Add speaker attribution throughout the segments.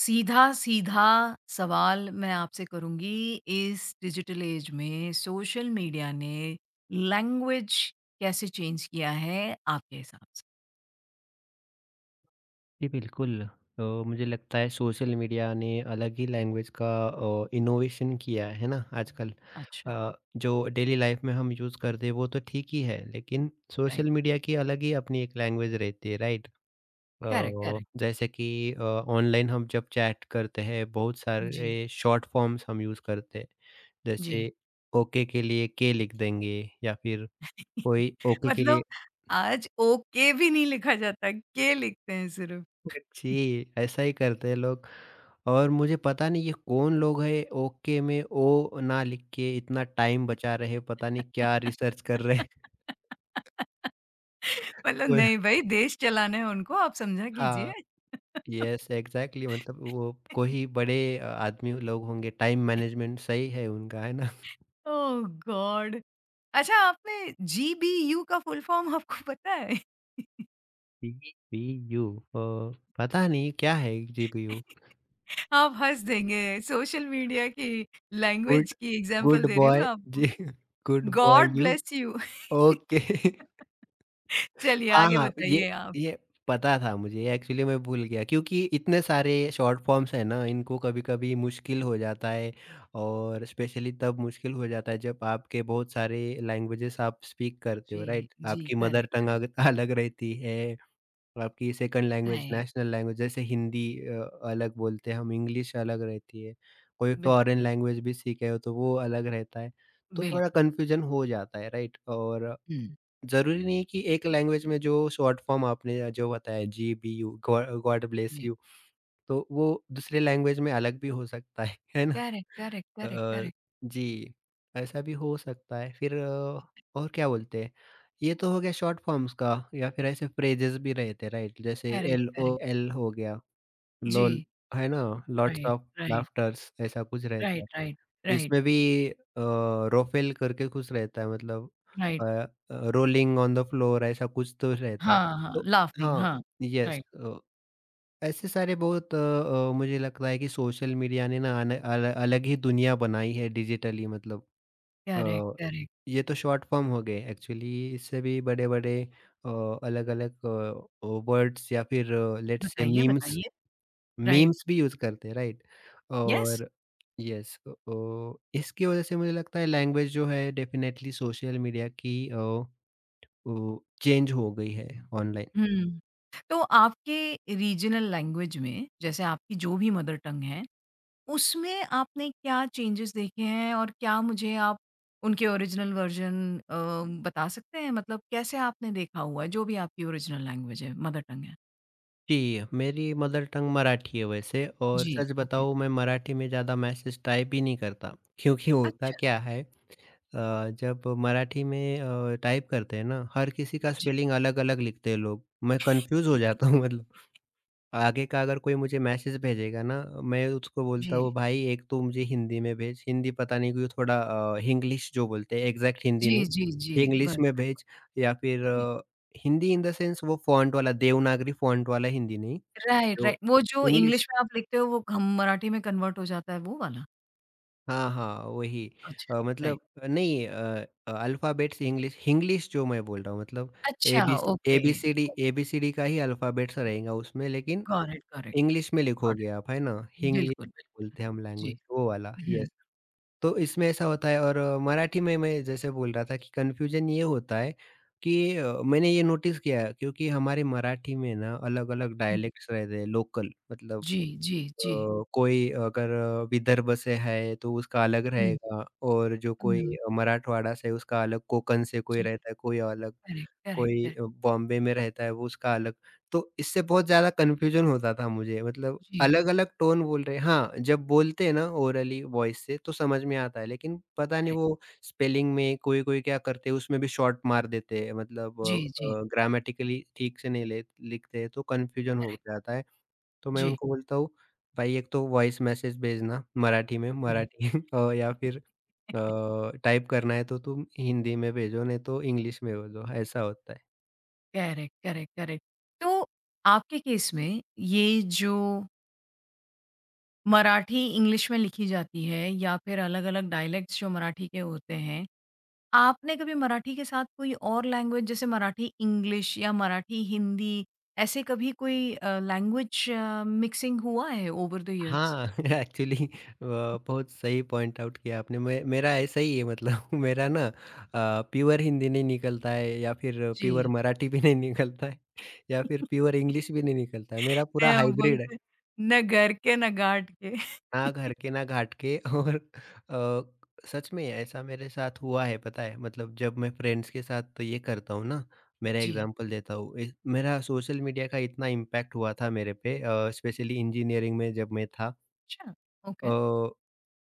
Speaker 1: सीधा-सीधा सवाल मैं आपसे करूँगी, इस डिजिटल ऐज में सोशल मीडिया ने लैंग्वेज कैसे चेंज किया है आपके हिसाब से?
Speaker 2: जी, बिल्कुल। मुझे लगता है सोशल मीडिया ने अलग ही लैंग्वेज का इनोवेशन किया है ना आजकल।
Speaker 1: अच्छा,
Speaker 2: जो डेली लाइफ में हम यूज़ करते हैं वो तो ठीक ही है, लेकिन
Speaker 1: राइट।
Speaker 2: सोशल मीडिया की अलग ही अपनी एक लैंग्वेज रहती है, राइट? अ,
Speaker 1: करेक्ट, करेक्ट।
Speaker 2: जैसे कि ऑनलाइन हम जब चैट करते हैं बहुत
Speaker 1: जी,
Speaker 2: सारे शॉर्ट फॉर्म्स हम यूज़ करते हैं।
Speaker 1: जी।
Speaker 2: जैसे ओके के लिए के लिख देंगे या फिर कोई ओके के लिए
Speaker 1: मतलब आज ओके भी नहीं लिखा जाता, के लिखते हैं सिर्फ़।
Speaker 2: जी, ऐसा ही करते हैं लोग। और मुझे पता नहीं ये कौन लोग हैं ओके में ओ ना लिख के इतना टाइम बचा रहे हैं, पता नहीं क्या रिसर्च कर रहे हैं।
Speaker 1: मतलब
Speaker 2: वो
Speaker 1: नहीं भई देश चलाना है उनको, आप समझा
Speaker 2: हाँ,
Speaker 1: कीजिए।
Speaker 2: यस एग्ज़ैक्टली मतलब वो कोई बड़े आदमी लोग होंगे। टाइम मैनेजमेंट सही है उनका, है ना?
Speaker 1: Oh god! अच्छा आपने जीबीयू का फुल फॉर्म आपको पता है?
Speaker 2: जीपीयू पता नहीं क्या है जीपीयू?
Speaker 1: आप हँस देंगे, सोशल मीडिया की लैंग्वेज
Speaker 2: गुड
Speaker 1: की एग्ज़ाम्पल
Speaker 2: गुड
Speaker 1: दे रही हूँ मैं
Speaker 2: बॉय
Speaker 1: आपको।
Speaker 2: जी। Good bye
Speaker 1: god
Speaker 2: you.
Speaker 1: Bless you.
Speaker 2: Okay.
Speaker 1: चलिए
Speaker 2: हाँ,
Speaker 1: आगे
Speaker 2: हाँ, ये
Speaker 1: बताइए आप?
Speaker 2: ये पता था मुझे एक्चुअली। मैं भूल गया क्योंकि इतने सारे शॉर्ट फॉर्म्स हैं ना, इनको कभी-कभी मुश्किल हो जाता है। और स्पेशली तब मुश्किल हो जाता है जब आपके बहुत सारे लैंग्वेजेस आप स्पीक करते
Speaker 1: जी,
Speaker 2: हो, राइट?
Speaker 1: जी,
Speaker 2: आपकी मदर
Speaker 1: करेक्ट,
Speaker 2: टंग
Speaker 1: करेक्ट,
Speaker 2: अग अलग रहती है, आपकी second language
Speaker 1: right,
Speaker 2: national language जैसे हिंदी अ, अलग बोलते हैं हम, इंग्लिश अलग रहती है, कोई
Speaker 1: बिल्कुल,
Speaker 2: फॉरेन
Speaker 1: बिल्कुल,
Speaker 2: लैंग्वेज भी सीखे हो तो वो अलग रहता है, तो थोड़ा
Speaker 1: बिल्कुल,
Speaker 2: कन्फ्यूजन हो जाता है, राइट? और
Speaker 1: हुँ,
Speaker 2: ज़रूरी नहीं है कि एक लैंग्वेज में जो शॉर्ट फॉर्म आपने जो बताया जीबीयू गॉड गॉड ब्लेस
Speaker 1: जी,
Speaker 2: यू तो वो दूसरे लैंग्वेज में अलग भी हो सकता है, है ना?
Speaker 1: Correct, correct, correct,
Speaker 2: uh,
Speaker 1: correct,
Speaker 2: जी, ऐसा भी हो सकता है फिर। और क्या बोलते हैं? ये तो हो गया शॉर्ट फॉर्म्स का, या फिर ऐसे फ्रेजेस भी रहते हैं, राइट? जैसे
Speaker 1: करेक्ट, करेक्ट,
Speaker 2: एलओएल हो गया। लोल,
Speaker 1: जी,
Speaker 2: है ना? Lots
Speaker 1: right,
Speaker 2: of
Speaker 1: right,
Speaker 2: laughters ऐसा कुछ रहता
Speaker 1: राइट,
Speaker 2: है।
Speaker 1: राइट, राइट,
Speaker 2: इसमें भी रोफेल करके कुछ रहता है मतलब uh
Speaker 1: right,
Speaker 2: rolling on the floor ऐसा कुछ तो रहता है।
Speaker 1: हाँ, हाँ,
Speaker 2: तो
Speaker 1: लाफिंग,
Speaker 2: हाँ,
Speaker 1: हाँ,
Speaker 2: यस
Speaker 1: राइट,
Speaker 2: ऐसे सारे बहुत मुझे लगता है कि सोशल मीडिया ने ना अन अल अलग ही दुनिया बनाई है डिजिटली मतलब।
Speaker 1: करेक्ट,
Speaker 2: अ,
Speaker 1: करेक्ट,
Speaker 2: ये तो शॉर्ट फॉर्म हो गए एक्चुअली, इससे भी बड़े-बड़े अ, अलग-अलग वर्ड्स या फिर लेट्स से
Speaker 1: बताइए,
Speaker 2: मीम्स।
Speaker 1: बताइए, राइट,
Speaker 2: मीम्स भी यूज़ करते हैं, राइट?
Speaker 1: यस।
Speaker 2: और यस इसकी वज़ह से मुझे लगता है लैंग्वेज जो है डेफ़िनेटली सोशल मीडिया की वो चेंज हो गई है ऑनलाइन।
Speaker 1: हुँ। तो आपके रीजनल लैंग्वेज में, जैसे आपकी जो भी मदर टंग है, उसमें आपने क्या चेंजेस देखे हैं और क्या मुझे आप उनके ओरिजिनल वर्ज़न बता सकते हैं? मतलब कैसे आपने देखा हुआ है, जो भी आपकी ओरिजिनल लैंग्वेज है, मदर टंग है?
Speaker 2: जी, मेरी मदर टंग मराठी है वैसे। और
Speaker 1: जी,
Speaker 2: सच
Speaker 1: ओके।
Speaker 2: बताऊँ, मैं मराठी में ज़्यादा मैसेज टाइप ही नहीं करता। क्योंकि होता
Speaker 1: अच्छा,
Speaker 2: क्या है जब मराठी में टाइप करते हैं ना, हर किसी का
Speaker 1: जी।
Speaker 2: स्पेलिंग अलग-अलग लिखते हैं लोग। मैं कन्फ्यूज़ हो जाता हूँ मतलब। आगे का अगर कोई मुझे मैसेज भेजेगा ना, मैं उसको
Speaker 1: जी।
Speaker 2: बोलता हूँ भाई एक तो मुझे हिंदी में भेज, हिंदी पता नहीं क्यों थोड़ा हिंग्लिश जो बोलते हैं एग्ज़ैक्ट हिंदी
Speaker 1: जी,
Speaker 2: नहीं,
Speaker 1: जी, जी। ब
Speaker 2: हिंग्लिश में
Speaker 1: बिल्कुल,
Speaker 2: भेज, या फिर
Speaker 1: जी।
Speaker 2: हिंदी इन द सेंस वो फ़ॉन्ट वाला देवनागरी फ़ॉन्ट वाला हिंदी नहीं,
Speaker 1: राइट, राइट।
Speaker 2: जो
Speaker 1: वो जो
Speaker 2: इंग्लिश
Speaker 1: इंग्लिश में आप लिखते हो, वो हम मराठी में कन्वर्ट हो जाता है, वो वाला?
Speaker 2: हाँ, हाँ, वही
Speaker 1: अच्छा, राइट।
Speaker 2: मतलब नहीं अल्फ़ाबेट्स इंग्लिश हिंग्लिश जो मैं बोल रहा हूँ मतलब
Speaker 1: अच्छा,
Speaker 2: ABC
Speaker 1: okay.
Speaker 2: ABCD
Speaker 1: okay.
Speaker 2: ABCD का ही अल्फ़ाबेट्स रहेगा उसमें, लेकिन
Speaker 1: got it, got it.
Speaker 2: English में
Speaker 1: प्रोडक्ट
Speaker 2: लिखोगे आप, है ना? हिंग्लिश
Speaker 1: बिल्कुल, बिल्कुल।
Speaker 2: बोलते हैं हम
Speaker 1: जी।
Speaker 2: लैंग्वेज, वो वाला,
Speaker 1: हुँ,
Speaker 2: यस। तो इसमें ऐसा होता है। और मराठी में मैं जैसे बोल रहा था कि कन्फ्यूज़न ये होता है कि मैंने ये नोटिस किया है क्योंकि हमारे मराठी में ना अलग-अलग
Speaker 1: हुँ।
Speaker 2: डायलेक्ट्स रहते हैं लोकल मतलब।
Speaker 1: जी, जी, जी।
Speaker 2: कोई अगर विदर्भ से है तो उसका अलग
Speaker 1: हुँ,
Speaker 2: रहेगा और जो कोई
Speaker 1: हुँ।
Speaker 2: मराठवाड़ा से है उसका अलग, कोंकण से कोई
Speaker 1: जी,
Speaker 2: रहता है, कोई अलग।
Speaker 1: करेक्ट, करेक्ट,
Speaker 2: कोई
Speaker 1: करेक्ट।
Speaker 2: बॉम्बे में रहता है वो उसका अलग। तो इससे बहुत ज़्यादा कन्फ्यूज़न होता था मुझे, मतलब
Speaker 1: जी,
Speaker 2: अलग-अलग टोन बोल रहे हैं। हाँ, जब बोलते हैं ना ओरली वॉइस से तो समझ में आता है, लेकिन पता नहीं
Speaker 1: करेक्ट।
Speaker 2: वो स्पेलिंग में कोई-कोई क्या करते हैं, उसमें भी शॉर्ट मार देते हैं मतलब
Speaker 1: जी, जी,
Speaker 2: ग्रामेटिकली ठीक से नहीं ले लिखते हैं तो कन्फ्यूज़न हो
Speaker 1: करेक्ट।
Speaker 2: जाता है। तो मैं
Speaker 1: जी,
Speaker 2: उनको बोलता हूँ भाई एक तो वॉइस मैसेज भेजना मराठी में
Speaker 1: करेक्ट।
Speaker 2: मराठी या फिर टाइप करना है तो तुम हिंदी में भेजो, नहीं तो इंग्लिश में भेजो, ऐसा होता है।
Speaker 1: Correct, correct, correct. तो आपके केस में ये जो मराठी इंग्लिश में लिखी जाती है या फिर अलग-अलग डायलेक्ट्स जो मराठी के होते हैं, आपने कभी मराठी के साथ कोई और लैंग्वेज जैसे मराठी इंग्लिश या मराठी हिंदी ऐसे कभी कोई लैंग्वेज मिक्सिंग हुआ है ओवर द ईयर्स?
Speaker 2: हाँ, एक्चुअली बहुत सही पॉइंट आउट किया आपने। मैं, मेरा ऐसा ही है मतलब। मेरा ना प्योर हिंदी नहीं निकलता है, या फिर प्योर
Speaker 1: जी।
Speaker 2: मराठी भी नहीं निकलता है, या फिर प्योर इंग्लिश भी नहीं निकलता है, मेरा पूरा
Speaker 1: हैं वो
Speaker 2: हाइब्रिड है।
Speaker 1: बोलते ना घर के ना घाट के।
Speaker 2: ना घर के ना घाट के। और अ, सच में ऐसा मेरे साथ हुआ है पता है मतलब जब मैं फ्रेंड्स के साथ तो ये करता हूँ ना। मेरा
Speaker 1: जी।
Speaker 2: एग्जांपल देता हूँ, मेरा सोशल मीडिया का इतना इम्पैक्ट हुआ था मेरे पे, स्पेशली इंजीनियरिंग में जब मैं था।
Speaker 1: अच्छा,
Speaker 2: अ
Speaker 1: ओके,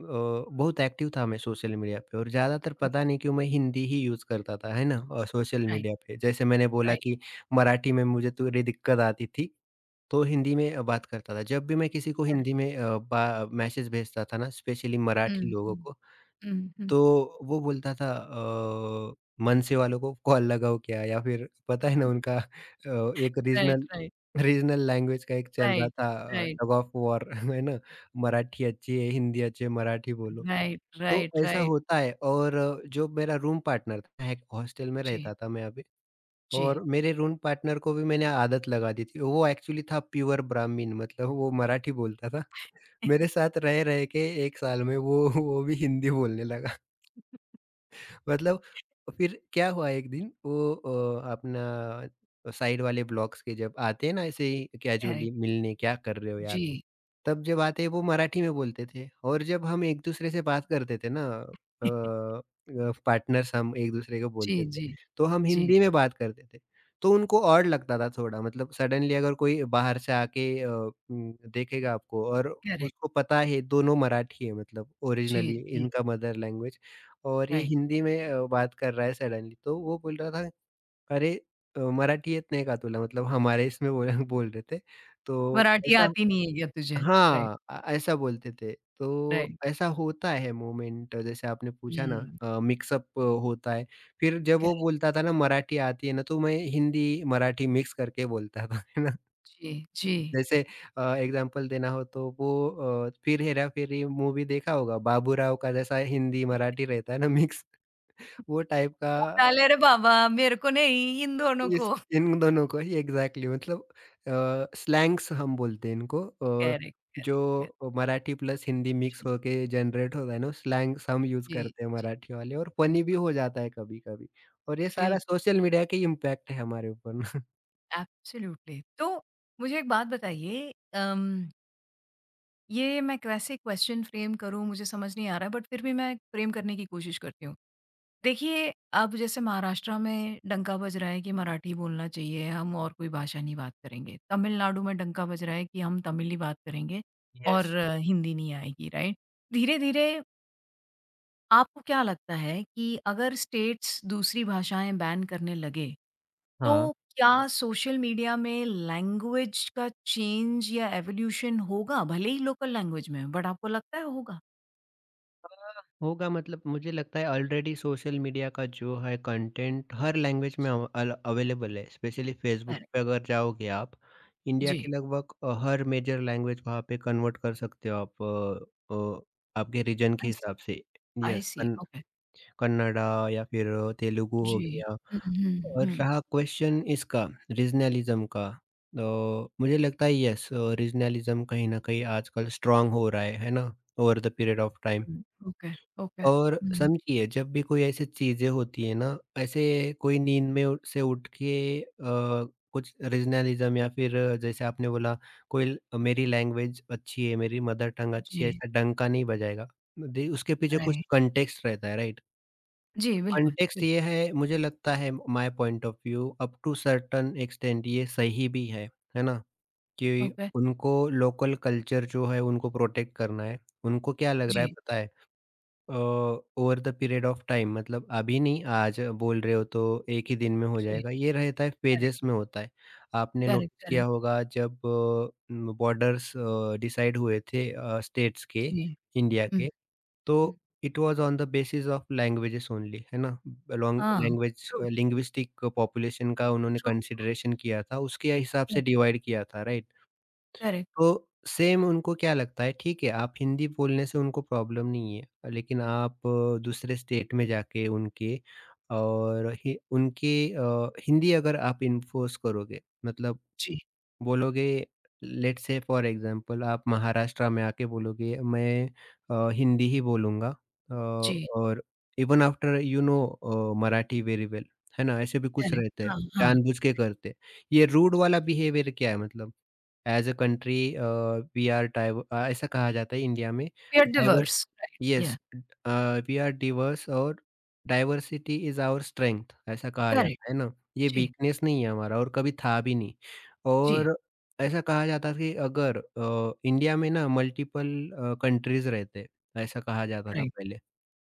Speaker 2: अ, बहुत एक्टिव था मैं सोशल मीडिया पे, और ज़्यादातर पता
Speaker 1: ओके,
Speaker 2: नहीं क्यों मैं हिंदी ही यूज़ करता था, है ना? सोशल
Speaker 1: राइट,
Speaker 2: मीडिया पे जैसे मैंने बोला
Speaker 1: राइट,
Speaker 2: कि मराठी में मुझे थोड़ी दिक्कत आती थी, तो हिंदी में बात करता था। जब भी मैं किसी को
Speaker 1: करेक्ट,
Speaker 2: हिंदी में अ, बा मैसेज भेजता था ना, स्पेशली
Speaker 1: हुँ,
Speaker 2: मराठी लोगों
Speaker 1: हुँ,
Speaker 2: को,
Speaker 1: हुँ, हुँ।
Speaker 2: तो वो बोलता था मनसे वालों को कॉल लगाओ क्या? या फिर पता है ना उनका एक
Speaker 1: right,
Speaker 2: regional
Speaker 1: right,
Speaker 2: regional language का एक चल रहा
Speaker 1: राइट,
Speaker 2: था
Speaker 1: राइट।
Speaker 2: Tug of war. है ना? मराठी अच्छी है, हिंदी अच्छी है, मराठी बोलो।
Speaker 1: राइट,
Speaker 2: तो
Speaker 1: राइट,
Speaker 2: ऐसा
Speaker 1: राइट।
Speaker 2: होता है। और जो मेरा रूम पार्टनर था, मैं एक हॉस्टल में
Speaker 1: जी,
Speaker 2: रहता था मैं अभी,
Speaker 1: जी।
Speaker 2: और मेरे रूम पार्टनर को भी मैंने आदत लगा दी थी। वो एक्चुअली था प्योर ब्राह्मीण, मतलब वो मराठी बोलता था। मेरे साथ रह-रह के 1 साल में वो भी हिंदी बोलने लगा। मतलब फिर क्या हुआ, एक दिन वो अपना साइड वाले ब्लॉक्स के जब आते हैं ना ऐसे ही कैजुअली
Speaker 1: करेक्ट,
Speaker 2: मिलने, क्या कर रहे हो
Speaker 1: जी।
Speaker 2: यार? तब जब आते वो मराठी में बोलते थे, और जब हम एक दूसरे से बात करते थे ना अ अ, पार्टनर्स हम एक दूसरे को
Speaker 1: जी,
Speaker 2: बोलते थे,
Speaker 1: जी,
Speaker 2: तो हम
Speaker 1: जी,
Speaker 2: हिंदी में बात करते थे। तो उनको ऑड लगता था थोड़ा, मतलब सडनली अगर कोई बाहर से आके देखेगा आपको, और
Speaker 1: करेक्ट,
Speaker 2: उसको पता है दोनों मराठी है मतलब
Speaker 1: जी,
Speaker 2: ओरिजिनली
Speaker 1: जी,
Speaker 2: इनका मदर लैंग्वेज, और ये
Speaker 1: राइट।
Speaker 2: हिंदी में बात कर रहा है सडनली, तो वो बोल रहा था अरे मराठी येत नाही का तुला? मतलब हमारे इसमें बोला बोल रहे थे। तो
Speaker 1: मराठी
Speaker 2: ऐसा
Speaker 1: आती नहीं है क्या तुझे? राइट।
Speaker 2: हाँ, ऐसा बोलते थे। तो
Speaker 1: राइट,
Speaker 2: ऐसा होता है मोमेंट जैसे आपने पूछा ना
Speaker 1: हुँ,
Speaker 2: मिक्सअप होता है। फिर जब वो
Speaker 1: करेक्ट,
Speaker 2: बोलता था ना मराठी आती है ना तो मैं हिंदी, मराठी मिक्स करके बोलता था, है ना?
Speaker 1: जी, जी।
Speaker 2: जैसे एग्ज़ाम्पल देना हो तो वो फिर हेरा फेरी मूवी देखा होगा, बाबूराव का जैसा हिंदी, मराठी रहता है ना मिक्स। वो टाइप का
Speaker 1: उठा ले रे बाबा मेरे को नहीं इन दोनों
Speaker 2: इस
Speaker 1: को।
Speaker 2: इन दोनों को ही एग्ज़ैक्टली मतलब स्लैंग्स हम बोलते हैं इनको
Speaker 1: करेक्ट, करेक्ट, करेक्ट।
Speaker 2: जो मराठी प्लस हिंदी मिक्स
Speaker 1: जी,
Speaker 2: होके जनरेट होता है ना स्लैंग्स हम यूज़
Speaker 1: जी,
Speaker 2: करते हैं
Speaker 1: जी।
Speaker 2: मराठी वाले, और फ़नी भी
Speaker 1: बिल्कुल,
Speaker 2: हो जाता है कभी-कभी। और ये सारा
Speaker 1: बिल्कुल,
Speaker 2: सोशल मीडिया का ही इम्पैक्ट है हमारे ऊपर। ना।
Speaker 1: एब्सोल्युटली। तो मुझे एक बात बताइए ये मैं कैसे क्वेश्चन फ्रेम करूँ मुझे समझ नहीं आ रहा है बट फिर भी मैं फ्रेम करने की कोशिश करती हूँ। देखिए, अब जैसे महाराष्ट्र में डंका बज रहा है कि मराठी बोलना चाहिए, हम और कोई भाषा नहीं बात करेंगे। तमिलनाडु में डंका बज रहा है कि हम तमिल ही बात करेंगे और
Speaker 2: यस,
Speaker 1: हिंदी नहीं आएगी, राइट? धीरे-धीरे आपको क्या लगता है कि अगर स्टेट्स दूसरी भाषाएँ बैन करने लगे तो
Speaker 2: हाँ।
Speaker 1: क्या सोशल मीडिया में लैंग्वेज का चेंज या एवोल्यूशन होगा भले ही लोकल लैंग्वेज में हो, बट आपको लगता है होगा?
Speaker 2: होगा, मतलब मुझे लगता है ऑलरेडी सोशल मीडिया का जो है कंटेंट हर लैंग्वेज
Speaker 1: जी,
Speaker 2: में अवेलेबल है, स्पेशली फेसबुक
Speaker 1: करेक्ट।
Speaker 2: पे अगर जाओगे आप, इंडिया
Speaker 1: जी।
Speaker 2: के लगभग हर मेजर लैंग्वेज वहाँ पे कन्वर्ट कर सकते हो आप अ, अ, आपके रीजन के
Speaker 1: आई सी
Speaker 2: हिसाब से,
Speaker 1: I
Speaker 2: yes.
Speaker 1: See okay.
Speaker 2: Kannada या फिर तेलुगु हो
Speaker 1: जी।
Speaker 2: गया।
Speaker 1: हुँ, हुँ,
Speaker 2: और
Speaker 1: हुँ।
Speaker 2: रहा क्वेश्चन इसका रीजनलिज्म का, तो मुझे लगता है यस, रीजनलिज्म कहीं ना कहीं आजकल स्ट्रांग हो रहा है ना, over the period of time.
Speaker 1: हुँ, ओके, ओके।
Speaker 2: और
Speaker 1: हुँ,
Speaker 2: समझिए जब भी कोई ऐसी चीज़ें होती है ना, ऐसे कोई नींद में उ से उठ के कुछ रीजनलिज़्म या फिर जैसे आपने बोला मेरी लैंग्वेज अच्छी है, मेरी मदर टंग अच्छी है,
Speaker 1: जी,
Speaker 2: ऐसा डंका नहीं बजाएगा। दे उसके पीछे कुछ
Speaker 1: राइट।
Speaker 2: कॉन्टेक्स्ट रहता है, राइट?
Speaker 1: जी, बिल्कुल,
Speaker 2: कॉन्टेक्स्ट ये
Speaker 1: बिल्कुल।
Speaker 2: है मुझे लगता है, my point of view up to certain extent ये सही भी है ना? कि
Speaker 1: ओके,
Speaker 2: उनको लोकल कल्चर जो है उनको प्रोटेक्ट करना है। उनको क्या लग रहा है
Speaker 1: जी,
Speaker 2: पता है। Over the period of time, मतलब अभी नहीं, आज बोल रहे हो तो एक ही दिन में हो
Speaker 1: जी,
Speaker 2: जाएगा ये रहता है,
Speaker 1: करेक्ट,
Speaker 2: पेजेस में होता है। आपने
Speaker 1: करेक्ट,
Speaker 2: नोटिस किया
Speaker 1: करेक्ट,
Speaker 2: होगा जब बॉर्डर्स डिसाइड हुए थे स्टेट्स के,
Speaker 1: जी।
Speaker 2: इंडिया
Speaker 1: हुँ,
Speaker 2: के, तो
Speaker 1: हुँ।
Speaker 2: It was on the basis of languages only, है ना? लॉन्ग
Speaker 1: हाँ,
Speaker 2: लैंग्वेज
Speaker 1: ट्रू,
Speaker 2: लिंग्विस्टिक पॉपुलेशन का उन्होंने
Speaker 1: ट्रू,
Speaker 2: कंसिडरेशन किया था, उसके हिसाब से
Speaker 1: करेक्ट,
Speaker 2: डिवाइड किया था, राइट?
Speaker 1: करेक्ट,
Speaker 2: तो सेम उनको क्या लगता है, ठीक है, आप हिंदी बोलने से उनको प्रॉब्लम नहीं है। लेकिन आप दूसरे स्टेट में जाके उनके और हि उनके हिंदी अगर आप इन्फोर्स करोगे मतलब
Speaker 1: जी,
Speaker 2: बोलोगे, लेट्स से फॉर एग्जांपल आप महाराष्ट्र में आके बोलोगे मैं हिंदी ही बोलूँगा
Speaker 1: जी,
Speaker 2: और even after you know Marathi very well, है ना? ऐसे भी कुछ
Speaker 1: करेक्ट,
Speaker 2: रहते हैं,
Speaker 1: हाँ, हाँ,
Speaker 2: जानबूझ के करते हैं। ये रूड
Speaker 1: जी।
Speaker 2: वाला बिहेवियर क्या है मतलब? As a country we are ऐसा कहा जाता है इंडिया में
Speaker 1: we are
Speaker 2: diverse.
Speaker 1: Diverse, right,
Speaker 2: yes.
Speaker 1: Yeah,
Speaker 2: uh, we are diverse और डाइवर्सिटी इज़ आवर स्ट्रेंथ ऐसा कहा
Speaker 1: करेक्ट,
Speaker 2: जाता है ना, ये
Speaker 1: जी।
Speaker 2: वीकनेस नहीं है हमारा और कभी था भी नहीं।
Speaker 1: जी,
Speaker 2: और ऐसा कहा जाता था कि अगर इंडिया में ना मल्टीपल कंट्रीज़ रहते हैं, ऐसा कहा जाता था
Speaker 1: राइट,
Speaker 2: पहले।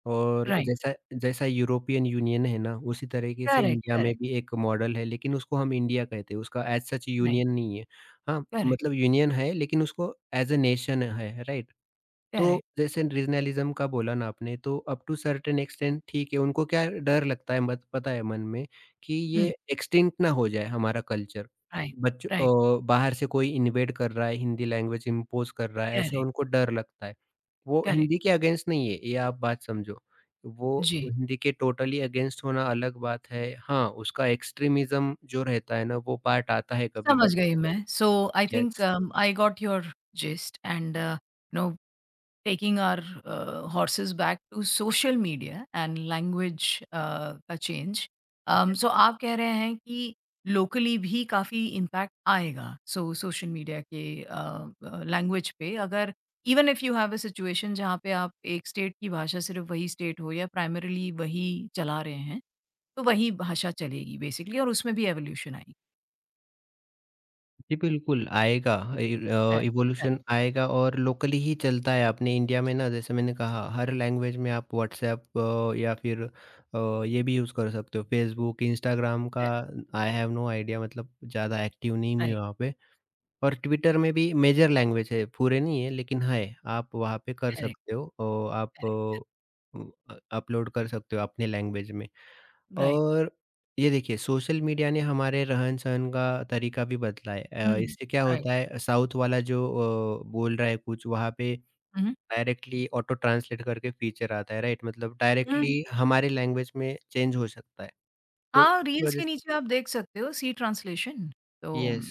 Speaker 2: और
Speaker 1: राइट,
Speaker 2: जैसा जैसा यूरोपियन यूनियन है ना, उसी तरीके से
Speaker 1: करेक्ट,
Speaker 2: इंडिया में
Speaker 1: करेक्ट,
Speaker 2: भी एक मॉडल है, लेकिन उसको हम इंडिया कहते हैं, उसका एज़ सच
Speaker 1: राइट,
Speaker 2: यूनियन नहीं है। हाँ,
Speaker 1: करेक्ट,
Speaker 2: मतलब यूनियन है लेकिन उसको एज़ अ नेशन है, राइट? तो
Speaker 1: करेक्ट,
Speaker 2: जैसे रीजनलिज्म का बोला ना आपने, तो अप टू सर्टेन एक्सटेंट ठीक है, उनको क्या डर लगता है मत पता है मन में कि
Speaker 1: हुँ,
Speaker 2: ये एक्सटिंक्ट ना हो जाए हमारा कल्चर।
Speaker 1: राइट, राइट,
Speaker 2: बच्चों बाहर से कोई इन्वेड कर रहा है, हिंदी लैंग्वेज इम्पोज़ कर रहा है, ऐसा
Speaker 1: करेक्ट,
Speaker 2: उनको डर लगता है। वो
Speaker 1: करेक्ट,
Speaker 2: हिंदी के अगेंस्ट नहीं है, ये आप बात समझो। वो
Speaker 1: जी,
Speaker 2: हिंदी के टोटली अगेंस्ट होना अलग बात है। हाँ, उसका एक्सट्रीमिज़्म जो रहता है ना, वो पार्ट आता है
Speaker 1: समझ
Speaker 2: कभी-कभी।
Speaker 1: गई मैं। So I think
Speaker 2: yes.
Speaker 1: I got your gist and you know taking our horses back to social media and language का चेंज सो आप कह रहे हैं कि लोकली भी काफ़ी इम्पैक्ट आएगा सो सोशल मीडिया के लैंग्वेज पे अगर even if you have a situation जहाँ पे आप एक स्टेट की भाषा सिर्फ वही स्टेट हो या प्राइमरीली वही चला रहे हैं तो वही भाषा चलेगी बेसिकली और उसमें भी एवोल्यूशन आएगी
Speaker 2: जी, बिल्कुल आएगा।
Speaker 1: करेक्ट
Speaker 2: इवोल्यूशन
Speaker 1: करेक्ट
Speaker 2: आएगा और लोकली ही चलता है अपने इंडिया में
Speaker 1: जी
Speaker 2: ना जैसे मैंने कहा हर लैंग्वेज में आप व्हाट्सएप या फिर ये भी यूज़ कर सकते हो फेसबुक, इंस्टाग्राम का।
Speaker 1: Correct
Speaker 2: I have no idea मतलब ज़्यादा एक्टिव नहीं हुई
Speaker 1: राइट
Speaker 2: वहाँ पे। और ट्विटर में भी मेजर लैंग्वेज है, पूरे नहीं है लेकिन है, आप वहाँ पे कर
Speaker 1: करेक्ट
Speaker 2: सकते हो। आप
Speaker 1: करेक्ट
Speaker 2: अपलोड कर सकते हो अपने लैंग्वेज में।
Speaker 1: राइट
Speaker 2: और ये देखिए सोशल मीडिया ने हमारे रहन-सहन का तरीका भी बदला है।
Speaker 1: हम्म
Speaker 2: इससे क्या
Speaker 1: राइट
Speaker 2: होता है साउथ वाला जो बोल रहा है कुछ वहाँ पे डायरेक्टली ऑटो ट्रांसलेट करके फीचर आता है राइट? मतलब डायरेक्टली
Speaker 1: हम्म
Speaker 2: हमारे लैंग्वेज में चेंज हो सकता है। तो
Speaker 1: हाँ,
Speaker 2: इसकी
Speaker 1: रील्स
Speaker 2: वजह
Speaker 1: के
Speaker 2: से
Speaker 1: नीचे आप देख सकते हो सी ट्रांसलेशन तो
Speaker 2: यस,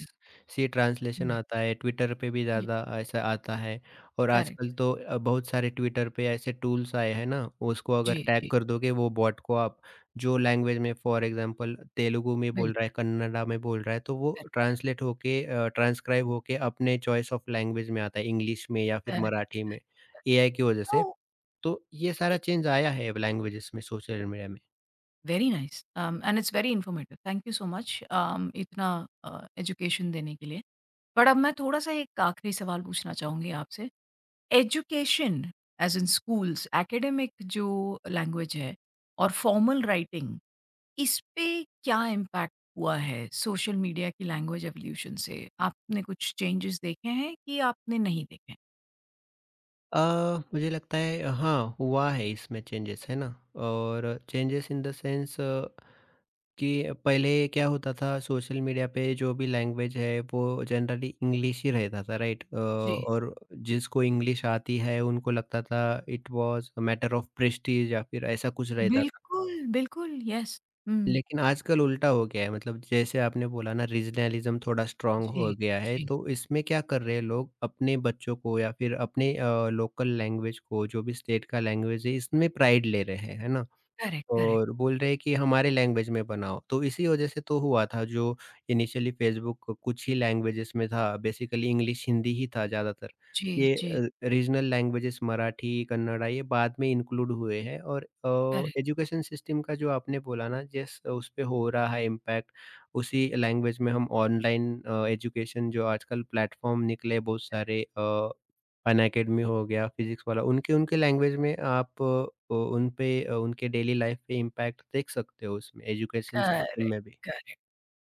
Speaker 2: सी ट्रांसलेशन
Speaker 1: जी,
Speaker 2: आता है, ट्विटर पे भी
Speaker 1: जी,
Speaker 2: ज़्यादा ऐसा आता है। और
Speaker 1: करेक्ट।
Speaker 2: आजकल तो बहुत सारे ट्विटर पे ऐसे टूल्स आए हैं ना, उसको अगर
Speaker 1: जी,
Speaker 2: टैग
Speaker 1: जी,
Speaker 2: कर दोगे वो बॉट को आप, जो लैंग्वेज में फॉर एग्ज़ाम्पल तेलुगु में बोल रहा
Speaker 1: बिल्कुल,
Speaker 2: है, कन्नड़ा में बोल रहा है, तो वो
Speaker 1: करेक्ट,
Speaker 2: ट्रांसलेट होके ट्रांसक्राइब होके अपने चॉइस ऑफ लैंग्वेज में आता है, इंग्लिश में या फिर
Speaker 1: करेक्ट,
Speaker 2: मराठी में,
Speaker 1: करेक्ट।
Speaker 2: एआई की वज़ह
Speaker 1: तो
Speaker 2: से। तो ये सारा
Speaker 1: इ
Speaker 2: चेंज आया है अब लैंग्वेजेज़ में सोशल मीडिया में।
Speaker 1: Very nice and it's very informative. Thank you so much इतना एजुकेशन देने के लिए। बट अब मैं थोड़ा-सा एक आखिरी सवाल पूछना चाहूँगी आपसे। Education as in schools, academic जो लैंग्वेज है और फॉर्मल राइटिंग इस पे क्या इम्पैक्ट हुआ है सोशल मीडिया की लैंग्वेज एवोल्यूशन से? आपने कुछ चेंजेस देखे हैं कि आपने नहीं देखे हैं?
Speaker 2: अ, मुझे लगता है हाँ, हुआ है इसमें चेंजेस, है ना? और चेंजेस इन द सेंस कि पहले क्या होता था सोशल मीडिया पे जो भी लैंग्वेज है वो जनरली इंग्लिश ही रहता था, राइट?
Speaker 1: जी।
Speaker 2: और जिसको इंग्लिश आती है उनको लगता था it was a matter of prestige या फिर ऐसा कुछ रहता था।
Speaker 1: बिल्कुल, बिल्कुल, यस। हुँ।
Speaker 2: लेकिन आजकल उल्टा हो गया है मतलब जैसे आपने बोला ना रीजनलिज्म थोड़ा स्ट्रांग हो
Speaker 1: जी,
Speaker 2: गया है
Speaker 1: जी।
Speaker 2: तो इसमें क्या कर रहे हैं लोग अपने बच्चों को या फिर अपने लोकल लैंग्वेज को जो भी स्टेट का लैंग्वेज है इसमें प्राइड ले रहे हैं है ना।
Speaker 1: Correct, correct.
Speaker 2: और बोल रहे हैं कि हमारे लैंग्वेज में बनाओ, तो इसी वजह से तो हुआ था जो इनिशियली फ़ेसबुक कुछ ही लैंग्वेजेज़ में था, बेसिकली इंग्लिश, हिंदी ही था ज़्यादातर।
Speaker 1: जी,
Speaker 2: ये
Speaker 1: जी,
Speaker 2: रीजनल लैंग्वेजेज़ मराठी, कन्नड़ा ये बाद में इंक्लूड हुए हैं और
Speaker 1: करेक्ट,
Speaker 2: एजुकेशन सिस्टम का जो आपने बोला ना जिस उस पे हो रहा है इम्पैक्ट, उसी लैंग्वेज में हम ऑनलाइन एजुकेशन जो आजकल प्लेटफ़ॉर्म निकले बहुत सारे फन एकेडमी हो गया, फिज़िक्स वाला, उनके-उनके लैंग्वेज में आप उन पे उनके डेली लाइफ़ पे इम्पैक्ट देख सकते हो उसमें एजुकेशन
Speaker 1: करेक्ट,
Speaker 2: सिस्टम में भी।
Speaker 1: Correct.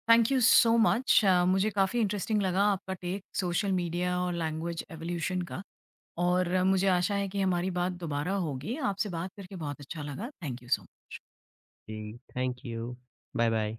Speaker 1: Thank you so much मुझे काफ़ी इंटरेस्टिंग लगा आपका टेक सोशल मीडिया और लैंग्वेज एवोल्यूशन का और मुझे आशा है कि हमारी बात दोबारा होगी। आपसे बात करके बहुत अच्छा लगा। Thank you so much.
Speaker 2: जी, थैंक यू। बाय-बाय।